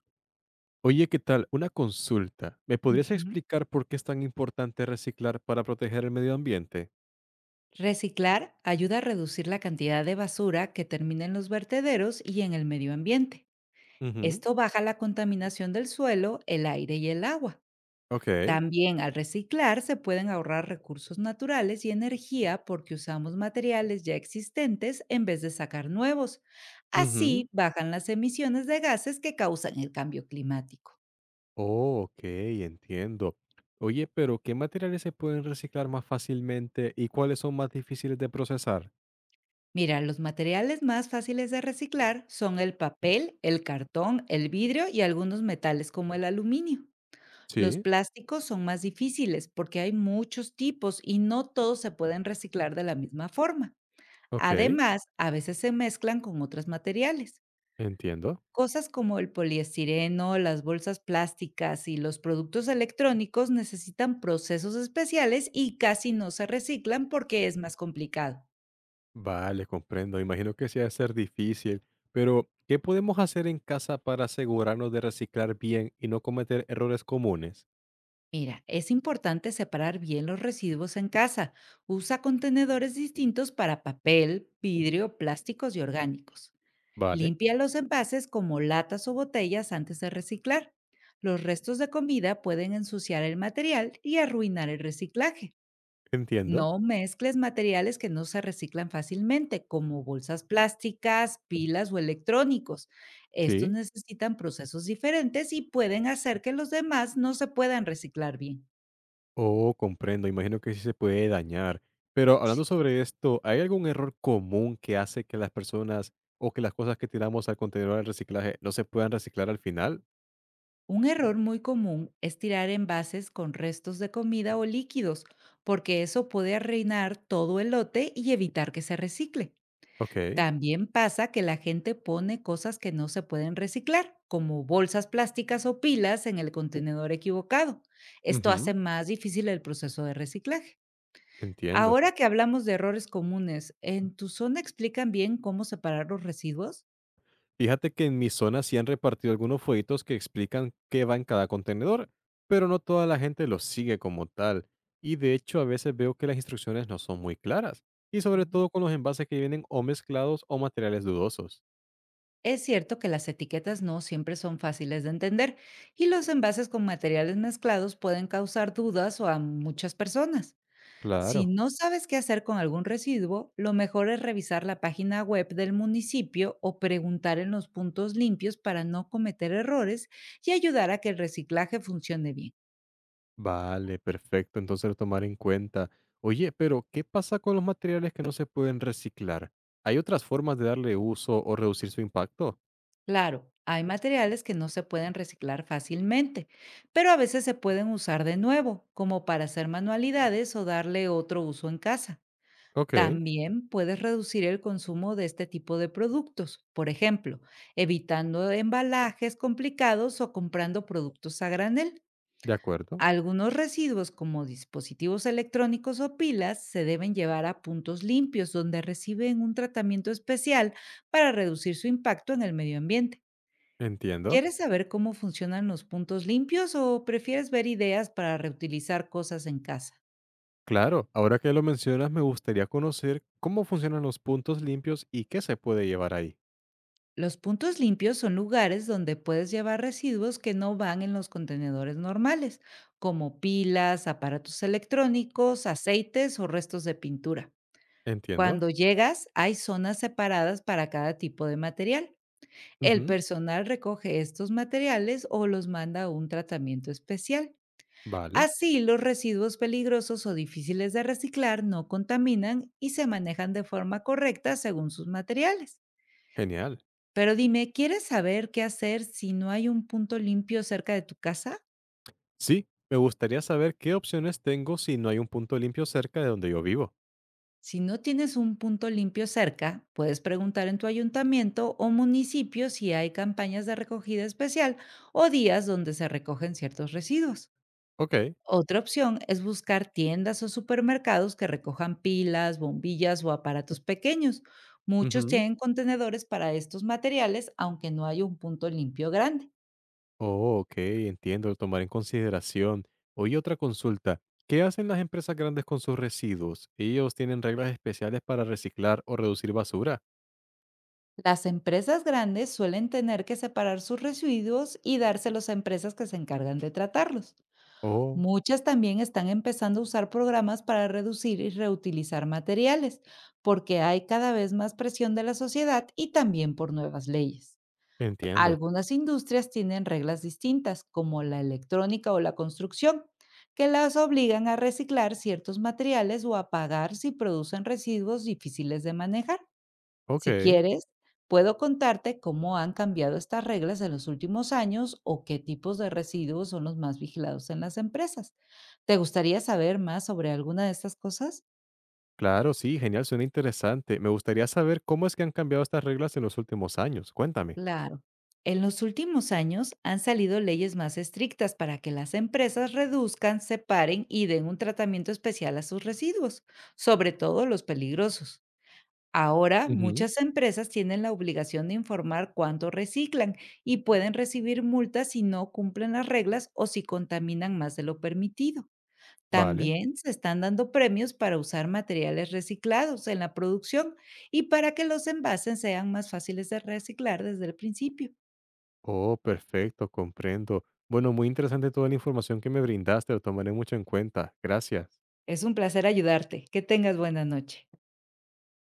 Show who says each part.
Speaker 1: Oye, ¿qué tal? Una consulta. ¿Me podrías
Speaker 2: Ujú.
Speaker 1: explicar por qué es tan importante reciclar para proteger el medio ambiente?
Speaker 2: Reciclar ayuda a reducir la cantidad de basura que termina en los vertederos y en el medio ambiente.
Speaker 1: Ujú.
Speaker 2: Esto baja la contaminación del suelo, el aire y el agua.
Speaker 1: Ok.
Speaker 2: También al reciclar se pueden ahorrar recursos naturales y energía porque usamos materiales ya existentes en vez de sacar nuevos.
Speaker 1: Ujú.
Speaker 2: Así bajan las emisiones de gases que causan el cambio climático.
Speaker 1: Oh, ok, entiendo. Oye, pero ¿qué materiales se pueden reciclar más fácilmente y cuáles son más difíciles de procesar?
Speaker 2: Mira, los materiales más fáciles de reciclar son el papel, el cartón, el vidrio y algunos metales como el aluminio. Los
Speaker 1: Sí,
Speaker 2: plásticos son más difíciles porque hay muchos tipos y no todos se pueden reciclar de la misma forma.
Speaker 1: ok,
Speaker 2: Además, a veces se mezclan con otros materiales.
Speaker 1: entiendo.
Speaker 2: Cosas como el poliestireno, las bolsas plásticas y los productos electrónicos necesitan procesos especiales y casi no se reciclan porque es más complicado.
Speaker 1: Vale, comprendo. Imagino que sí ha de ser difícil. Pero, ¿qué podemos hacer en casa para asegurarnos de reciclar bien y no cometer errores comunes?
Speaker 2: Mira, es importante separar bien los residuos en casa. Usa contenedores distintos para papel, vidrio, plásticos y orgánicos.
Speaker 1: Vale,
Speaker 2: Limpia los envases como latas o botellas antes de reciclar. Los restos de comida pueden ensuciar el material y arruinar el reciclaje.
Speaker 1: entiendo.
Speaker 2: No mezcles materiales que no se reciclan fácilmente, como bolsas plásticas, pilas o electrónicos. Estos
Speaker 1: Sí.
Speaker 2: necesitan procesos diferentes y pueden hacer que los demás no se puedan reciclar bien.
Speaker 1: Oh, comprendo, imagino que sí se puede dañar. Pero
Speaker 2: Sí.
Speaker 1: hablando sobre esto, ¿hay algún error común que hace que las personas o que las cosas que tiramos al contenedor de reciclaje no se puedan reciclar al final?
Speaker 2: Un error muy común es tirar envases con restos de comida o líquidos, porque eso puede arruinar todo el lote y evitar que se recicle.
Speaker 1: Ok,
Speaker 2: También pasa que la gente pone cosas que no se pueden reciclar, como bolsas plásticas o pilas en el contenedor equivocado. Esto hace
Speaker 1: ujú,
Speaker 2: más difícil el proceso de reciclaje.
Speaker 1: entiendo.
Speaker 2: Ahora que hablamos de errores comunes, ¿en tu zona explican bien cómo separar los residuos?
Speaker 1: Fíjate que en mi zona sí han repartido algunos folletos que explican qué va en cada contenedor, pero no toda la gente los sigue como tal. Y de hecho, a veces veo que las instrucciones no son muy claras, y sobre todo con los envases que vienen o mezclados o materiales dudosos.
Speaker 2: Es cierto que las etiquetas no siempre son fáciles de entender y los envases con materiales mezclados pueden causar dudas o a muchas personas. Si
Speaker 1: Claro.
Speaker 2: no sabes qué hacer con algún residuo, lo mejor es revisar la página web del municipio o preguntar en los puntos limpios para no cometer errores y ayudar a que el reciclaje funcione bien.
Speaker 1: Vale, perfecto. Entonces tomar en cuenta. Oye, pero ¿qué pasa con los materiales que no se pueden reciclar? ¿Hay otras formas de darle uso o reducir su impacto?
Speaker 2: Claro, hay materiales que no se pueden reciclar fácilmente, pero a veces se pueden usar de nuevo, como para hacer manualidades o darle otro uso en casa.
Speaker 1: Ok, de
Speaker 2: También puedes reducir el consumo de este tipo de productos, por ejemplo, evitando embalajes complicados o comprando productos a granel.
Speaker 1: acuerdo.
Speaker 2: Algunos residuos como dispositivos electrónicos o pilas se deben llevar a puntos limpios donde reciben un tratamiento especial para reducir su impacto en el medio ambiente.
Speaker 1: Entiendo.
Speaker 2: ¿Quieres saber cómo funcionan los puntos limpios o prefieres ver ideas para reutilizar cosas en casa?
Speaker 1: Claro, ahora que lo mencionas, me gustaría conocer cómo funcionan los puntos limpios y qué se puede llevar ahí.
Speaker 2: Los puntos limpios son lugares donde puedes llevar residuos que no van en los contenedores normales, como pilas, aparatos electrónicos, aceites o restos de pintura.
Speaker 1: Entiendo.
Speaker 2: Cuando llegas, hay zonas separadas para cada tipo de material. El
Speaker 1: Ujú.
Speaker 2: personal recoge estos materiales o los manda a un tratamiento especial.
Speaker 1: Vale,
Speaker 2: Así, los residuos peligrosos o difíciles de reciclar no contaminan y se manejan de forma correcta según sus materiales.
Speaker 1: genial.
Speaker 2: Pero dime, ¿quieres saber qué hacer si no hay un punto limpio cerca de tu casa?
Speaker 1: Sí, me gustaría saber qué opciones tengo si no hay un punto limpio cerca de donde yo vivo.
Speaker 2: Si no tienes un punto limpio cerca, puedes preguntar en tu ayuntamiento o municipio si hay campañas de recogida especial o días donde se recogen ciertos residuos.
Speaker 1: Ok.
Speaker 2: Otra opción es buscar tiendas o supermercados que recojan pilas, bombillas o aparatos pequeños. Muchos
Speaker 1: Ujú.
Speaker 2: tienen contenedores para estos materiales, aunque no hay un punto limpio grande.
Speaker 1: Oh, ok, entiendo, tomar en consideración. Oye, otra consulta. ¿Qué hacen las empresas grandes con sus residuos? ¿Ellos tienen reglas especiales para reciclar o reducir basura?
Speaker 2: Las empresas grandes suelen tener que separar sus residuos y dárselos a empresas que se encargan de tratarlos.
Speaker 1: Oh,
Speaker 2: Muchas también están empezando a usar programas para reducir y reutilizar materiales, porque hay cada vez más presión de la sociedad y también por nuevas leyes.
Speaker 1: entiendo.
Speaker 2: Algunas industrias tienen reglas distintas, como la electrónica o la construcción, que las obligan a reciclar ciertos materiales o a pagar si producen residuos difíciles de manejar.
Speaker 1: Ok,
Speaker 2: Si quieres, puedo contarte cómo han cambiado estas reglas en los últimos años o qué tipos de residuos son los más vigilados en las empresas. ¿Te gustaría saber más sobre alguna de estas cosas?
Speaker 1: claro, sí, genial, suena interesante. Me gustaría saber cómo es que han cambiado estas reglas en los últimos años. Cuéntame.
Speaker 2: Claro. En los últimos años han salido leyes más estrictas para que las empresas reduzcan, separen y den un tratamiento especial a sus residuos, sobre todo los peligrosos. Ahora,
Speaker 1: Ujú.
Speaker 2: muchas empresas tienen la obligación de informar cuánto reciclan y pueden recibir multas si no cumplen las reglas o si contaminan más de lo permitido.
Speaker 1: Vale.
Speaker 2: También se están dando premios para usar materiales reciclados en la producción y para que los envases sean más fáciles de reciclar desde el principio.
Speaker 1: Oh, perfecto, comprendo. Bueno, muy interesante toda la información que me brindaste, lo tomaré mucho en cuenta. Gracias.
Speaker 2: Es un placer ayudarte. Que tengas buena noche.